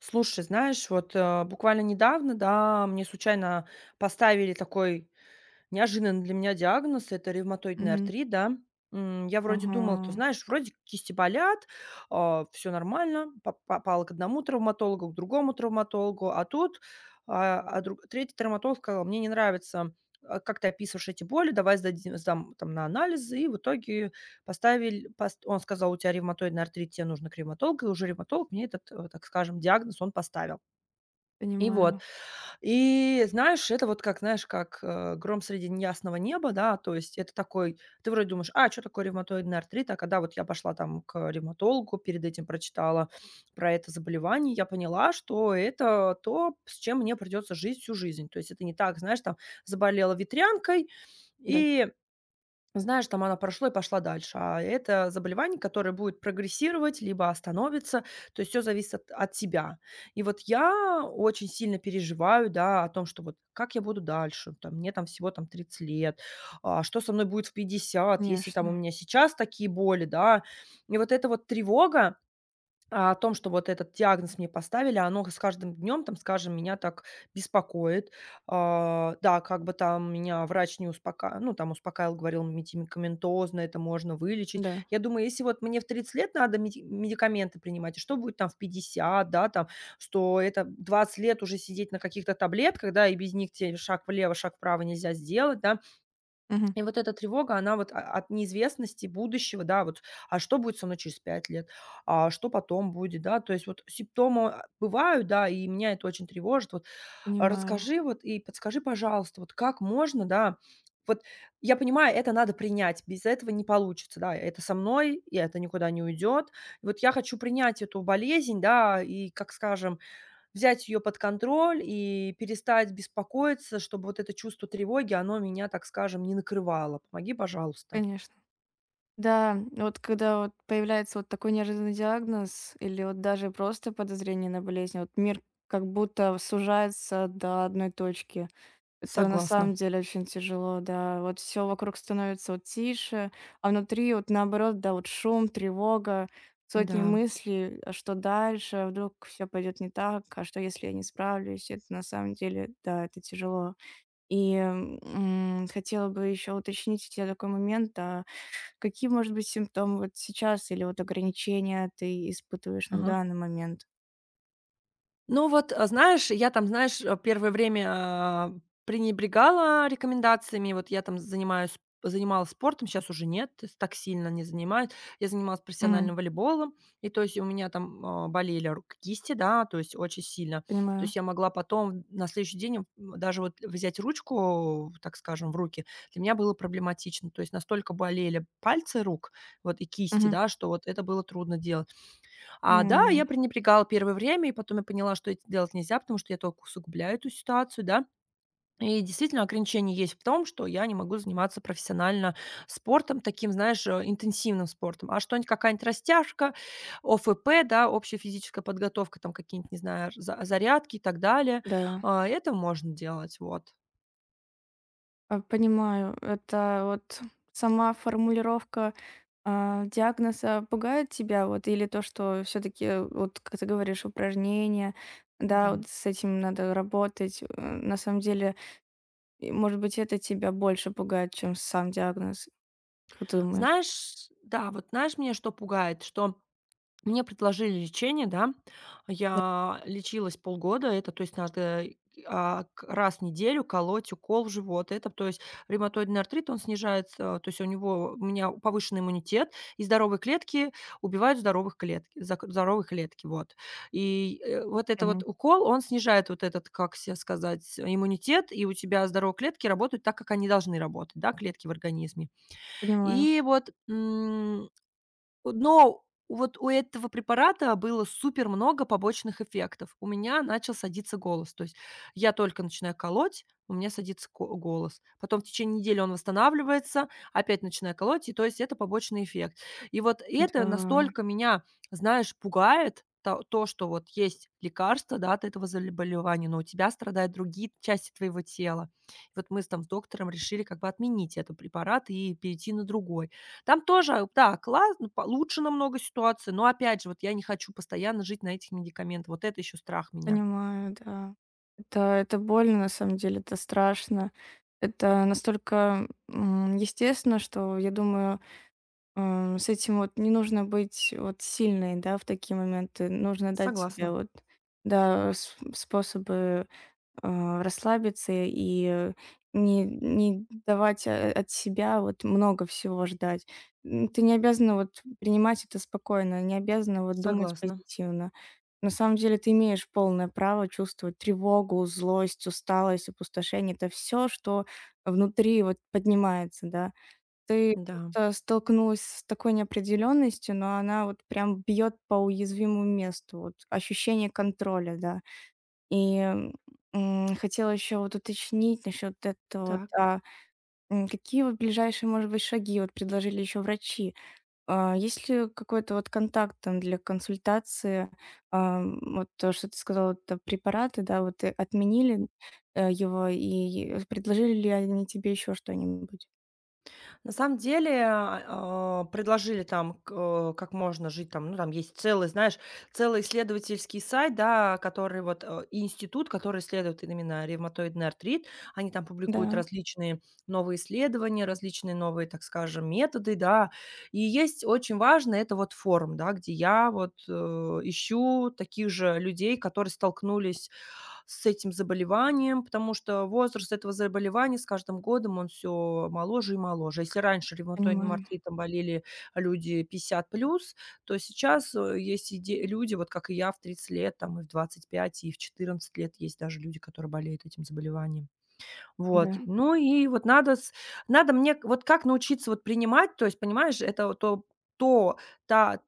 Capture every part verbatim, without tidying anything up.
Слушай, знаешь, вот, э, буквально недавно, да, мне случайно поставили такой неожиданный для меня диагноз- это ревматоидный Мгм. артрит, да. М, я вроде думала, то Ага, знаешь, вроде кисти болят, все нормально. По попала к одному травматологу, к другому травматологу, а тут, а, а дру третий травматолог сказал: "Мне не нравится, а, как ты описываешь эти боли, давай сдади сдам там на анализы". И в итоге поставили пост он сказал: "У тебя ревматоидный артрит, тебе нужно к ревматологу". И уже ревматолог мне этот, э, так скажем, диагноз он поставил. И вот, понимаю. и знаешь, это вот как, знаешь, как, э, гром среди неясного неба, да, то есть это такой ты вроде думаешь: "А, что такое ревматоидный артрит?" А когда вот я пошла там к ревматологу, перед этим прочитала про это заболевание, я поняла, что это то, с чем мне придется жить всю жизнь. То есть это не так, знаешь, там заболела ветрянкой Да. и знаешь, там она прошло и пошла дальше. А это заболевание, которое будет прогрессировать либо остановится, то есть все зависит от от тебя. И вот я очень сильно переживаю, да, о том, что вот как я буду дальше, там, мне там всего там тридцать лет, а что со мной будет в пятьдесят, если там у Конечно, меня сейчас такие боли, да. И вот эта вот тревога, а, о том, что вот этот диагноз мне поставили, оно с каждым днем, там, скажем, меня так беспокоит. А, да, как бы там меня врач не успока ну, там успокаивал, говорил: "Медикаментозно это можно вылечить". да. Я думаю, если вот мне в тридцать лет надо меди медикаменты принимать, и что будет там в пятьдесят, да, там, что это двадцать лет уже сидеть на каких-то таблетках, да, и без них тебе шаг влево, шаг вправо нельзя сделать, да. Мгм. И вот эта тревога, она вот а от неизвестности будущего, да, вот, а что будет со мной через пять лет, а что потом будет, да, то есть вот симптомы а, бывают, да, и меня это очень тревожит. Вот а, Понимаю, расскажи вот и подскажи, пожалуйста, вот как можно, да, вот я понимаю, это надо принять, без этого не получится, да, это со мной, и это никуда не уйдет. Вот я хочу принять эту болезнь, да, и, как скажем, взять ее под контроль и перестать беспокоиться, чтобы вот это чувство тревоги, оно меня, так скажем, не накрывало. Помоги, пожалуйста. конечно. Да, вот когда вот появляется вот такой неожиданный диагноз или вот даже просто подозрение на болезнь, вот мир как будто сужается до одной точки. Это на Согласна. самом деле очень тяжело, да. Вот все вокруг становится вот тише, а внутри вот наоборот, да, вот шум, тревога, сотни Да. мыслей, а что дальше, а вдруг все пойдет не так, а что если я не справлюсь? Это на самом деле, да, это тяжело. И, м, хотела бы еще уточнить у тебя такой момент. А какие, может быть, симптомы вот сейчас или вот ограничения ты испытываешь на Ага. данный момент? Ну вот, э, знаешь, я там, знаешь, э, первое время, а, пренебрегала рекомендациями. Вот я там занимаюсь занималась спортом, сейчас уже нет, то есть так сильно не занимаюсь. Я занималась профессиональным Мгм. волейболом, и то есть у меня там, а, болели руки, кисти, да, то есть очень сильно. То Понимаю. есть я могла потом на следующий день, м, даже вот взять ручку, так скажем, в руки, для меня было проблематично. То есть настолько болели пальцы рук, вот, и кисти, Мгм. да, что вот это было трудно делать. А, да, я М, пренебрегала первое время, и потом я поняла, что это делать нельзя, потому что я только усугубляю эту ситуацию, да. И действительно, ограничение есть в том, что я не могу заниматься профессионально спортом, таким, знаешь, э, интенсивным спортом. А что-нибудь, какая-нибудь растяжка, ОФП, да, общая физическая подготовка, там какие-нибудь, не знаю, за- зарядки и так далее, да. а, это можно делать, вот. А, понимаю, это вот сама формулировка, а, диагноза пугает тебя, вот, или то, что все таки вот, как ты говоришь, упражнения, да, Да. вот с этим надо работать. Э, на самом деле, и, может быть, это тебя больше пугает, чем сам диагноз, как ты думаешь? Знаешь, да, вот знаешь, меня что пугает, что мне предложили лечение, да. Да, Я лечилась полгода. Это, то есть, надо, а, к раз в неделю колоть укол в живот. Это, то есть, ревматоидный артрит, он снижается, то есть у него у меня повышенный иммунитет, и здоровые клетки убивают здоровых клетки, зак здоровые клетки, вот. И, э, вот это вот мгм. укол, он снижает вот этот, как се сказать, иммунитет, и у тебя здоровые клетки работают так, как они должны работать, да, клетки в организме. Понимаю. И вот, но вот у этого препарата было супер много побочных эффектов. У меня начал садиться голос. То есть я только начинаю колоть, у меня садится ко голос. Потом в течение недели он восстанавливается, опять начинаю колоть, и то есть это побочный эффект. И вот это Да, настолько меня, знаешь, пугает, то, то, что вот есть лекарство, да, от этого заболевания, но у тебя страдают другие части твоего тела. И вот мы с там с доктором решили как бы отменить этот препарат и перейти на другой. Там тоже, а, да, классно, по- лучше намного ситуации, но опять же, вот я не хочу постоянно жить на этих медикаментах. Вот это еще страх меня. понимаю, да. Это это больно, на самом деле, это страшно. Это настолько, м, естественно, что, я думаю, Ам, с этим вот не нужно быть вот сильной, да, в такие моменты. Нужно дать себе Согласна, вот, да, с способы, а, расслабиться и не не давать, э, от себя вот много всего ждать. М, ты не обязана вот принимать это спокойно, не обязана вот думать согласна. позитивно. На самом деле ты имеешь полное право чувствовать тревогу, злость, усталость, опустошение. Это все что внутри вот поднимается, да. Ты Да, просто столкнулась с такой неопределенностью, но она вот прям бьет по уязвимому месту, вот ощущение контроля, да. И, м, хотела еще вот уточнить насчет этого вот, так. а, м, какие вот ближайшие, может быть, шаги вот предложили еще врачи? А, есть ли какой-то вот контакт там для консультации? Ам, вот то, что ты сказала, это препараты, да, вот, э, отменили, э, его, и предложили ли они тебе еще что-нибудь? На самом деле, а, а, предложили там, к э, как можно жить там. Ну, там есть целый, знаешь, целый исследовательский сайт, да, который вот, э, и институт, который исследует именно ревматоидный артрит. Они там Да, публикуют различные новые исследования, различные новые, так скажем, методы, да. И есть очень важно- это вот форум, да, где я вот, э, ищу таких же людей, которые столкнулись с этим заболеванием, потому что возраст этого заболевания с каждым годом, он все моложе и моложе. Если раньше ревматоидным понимаю, артритом болели люди пятьдесят плюс, то сейчас, э, есть иде люди, вот как и я, в тридцать лет, там, и в двадцать пять, и в четырнадцать лет есть даже люди, которые болеют этим заболеванием. Вот. да. Ну и вот надо с надо мне к- вот как научиться вот принимать, то есть, понимаешь, это вот то то та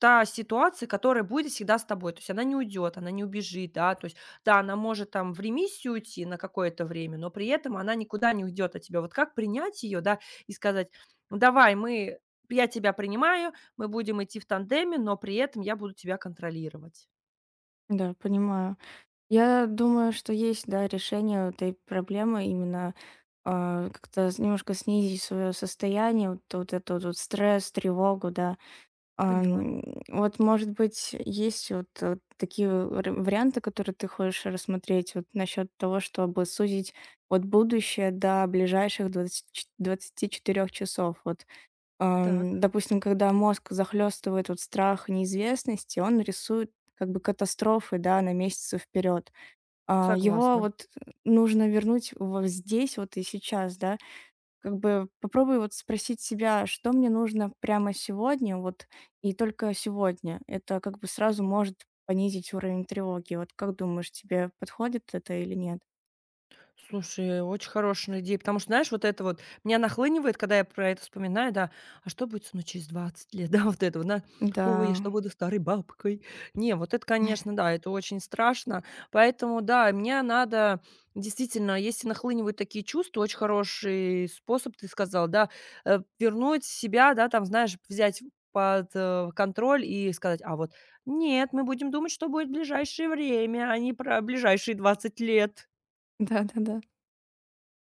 та ситуация, которая будет всегда с тобой. То есть она не уйдет, она не убежит, да. То есть, да, она может там в ремиссию уйти на какое-то время, но при этом она никуда не уйдет от тебя. Вот как принять ее, да, и сказать: "Ну, давай, мы я тебя принимаю, мы будем идти в тандеме, но при этом я буду тебя контролировать". Да, понимаю. Я думаю, что есть, да, решение этой проблемы именно а, как-то с- немножко снизить свое состояние, вот, вот этот вот стресс, тревогу, да. А, Поняла. м, вот, может быть, есть вот э, такие вари- варианты, которые ты хочешь рассмотреть вот насчет того, чтобы сузить вот будущее до ближайших двадцати двадцать четыре часов. Вот Так, Ам, допустим, когда мозг захлестывает вот страх неизвестности, он рисует как бы катастрофы, да, на месяцы вперед. А, его согласна. вот э, нужно вернуть вот здесь вот и сейчас, да. Как бы попробуй вот спросить себя, что мне нужно прямо сегодня, вот и только сегодня. Это как бы сразу может понизить уровень тревоги. Вот как думаешь, тебе подходит это или нет? Слушай, очень хорошая идея, потому что, знаешь, вот это вот меня нахлынивает, когда я про это вспоминаю, да. А что будет ну через двадцать лет, да, вот это вот, да. Да, Ой, я что буду старой бабкой? Не, вот это, конечно, да, это очень страшно. Поэтому, да, мне надо действительно, если нахлынивают такие чувства, очень хороший способ, ты сказал, да, э, вернуть себя, да, там, знаешь, взять под э, контроль и сказать, а вот нет, мы будем думать, что будет в ближайшее время, а не про ближайшие двадцать лет. да-да-да.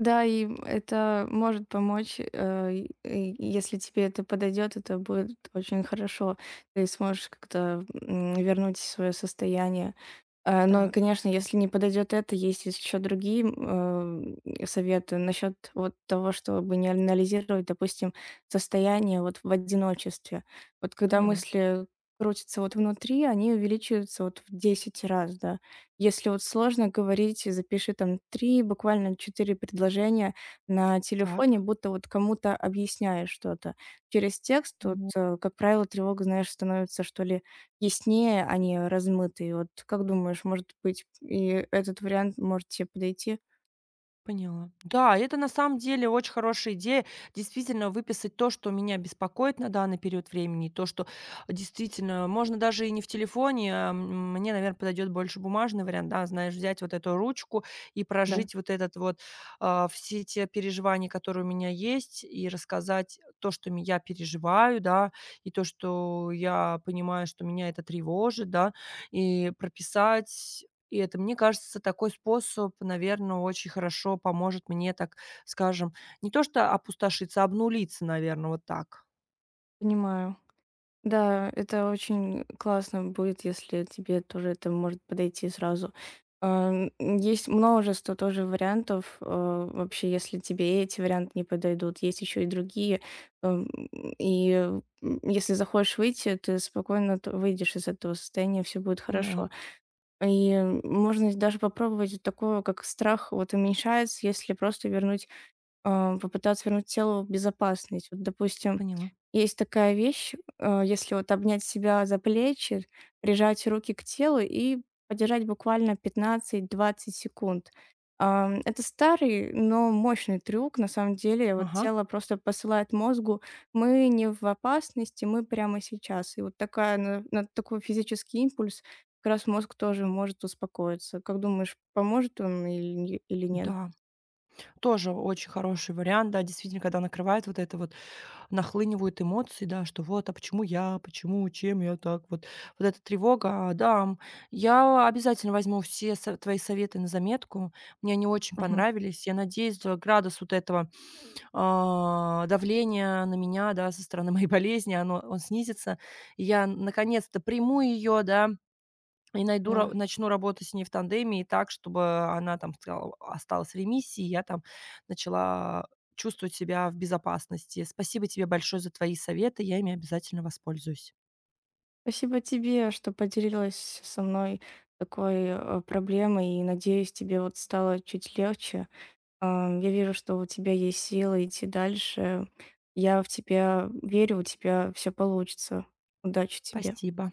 Да, и это может помочь, э, и и если тебе это подойдет, это будет очень хорошо. Ты сможешь как-то м, вернуть свое состояние. А, Но, Так. конечно, если не подойдет это, есть еще другие м, э, советы насчет вот того, чтобы не анализировать, допустим, состояние вот в одиночестве. Вот когда Поняла. мысли крутятся вот внутри, они увеличиваются вот в десять раз, да. Если вот сложно говорить, запиши там три, буквально четыре предложения на телефоне, Так. будто вот кому-то объясняешь что-то. Через текст вот, Ну, э, как правило, тревога, знаешь, становится, что ли, яснее, а не размытой. Вот как думаешь, может быть, и этот вариант может тебе подойти? поняла. Да, это на самом деле очень хорошая идея. Действительно, выписать то, что меня беспокоит на данный период времени, и то, что действительно можно даже и не в телефоне. а, м, Мне, наверное, подойдет больше бумажный вариант, да, знаешь, взять вот эту ручку и Да, прожить вот этот вот, а, все те переживания, которые у меня есть, и рассказать то, что ми- я переживаю, да, и то, что я понимаю, что меня это тревожит, да, и прописать И это, мне кажется, такой способ, наверное, очень хорошо поможет мне, так скажем, не то что опустошиться, обнулиться, наверное, вот так. понимаю. Да, это очень классно будет, если тебе тоже это может подойти сразу. Ам, Есть множество тоже вариантов. э, Вообще, если тебе эти варианты не подойдут, есть еще и другие. Ам, И м, если захочешь выйти, ты спокойно т- выйдешь из этого состояния, все будет Поняла, хорошо. И можно даже попробовать вот такое, как страх вот уменьшается, если просто вернуть а, попытаться вернуть тело в безопасность. Вот, допустим, поняла. есть такая вещь, а, если вот обнять себя за плечи, прижать руки к телу и подержать буквально пятнадцать двадцать секунд. Ам, Это старый, но мощный трюк. На самом деле, вот Ага, тело просто посылает мозгу, мы не в опасности, мы прямо сейчас. И вот такая, на, на такой физический импульс как раз мозг тоже может успокоиться. Как думаешь, поможет он или, не- или нет? да. Тоже очень хороший вариант, да, действительно, когда накрывает вот это вот, нахлынивают эмоции, да, что вот, а почему я, почему, чем я так вот. Вот эта тревога, а, да, м. Я обязательно возьму все са твои советы на заметку. Мне они очень Мгм. понравились. Я надеюсь, э, градус вот этого, а, давление на меня, да, со стороны моей болезни, оно он снизится. И я наконец-то приму ее, да, и найду ра Да. начну работать с ней в тандеме и так, чтобы она там стала осталась в ремиссии, и я там начала чувствовать себя в безопасности. Спасибо тебе большое за твои советы. Я ими обязательно воспользуюсь. Спасибо тебе, что поделилась со мной такой э, проблемой, и надеюсь, тебе вот стало чуть легче. Ам, Я вижу, что у тебя есть силы идти дальше. Я в тебя верю, у тебя все получится. Удачи тебе. Спасибо.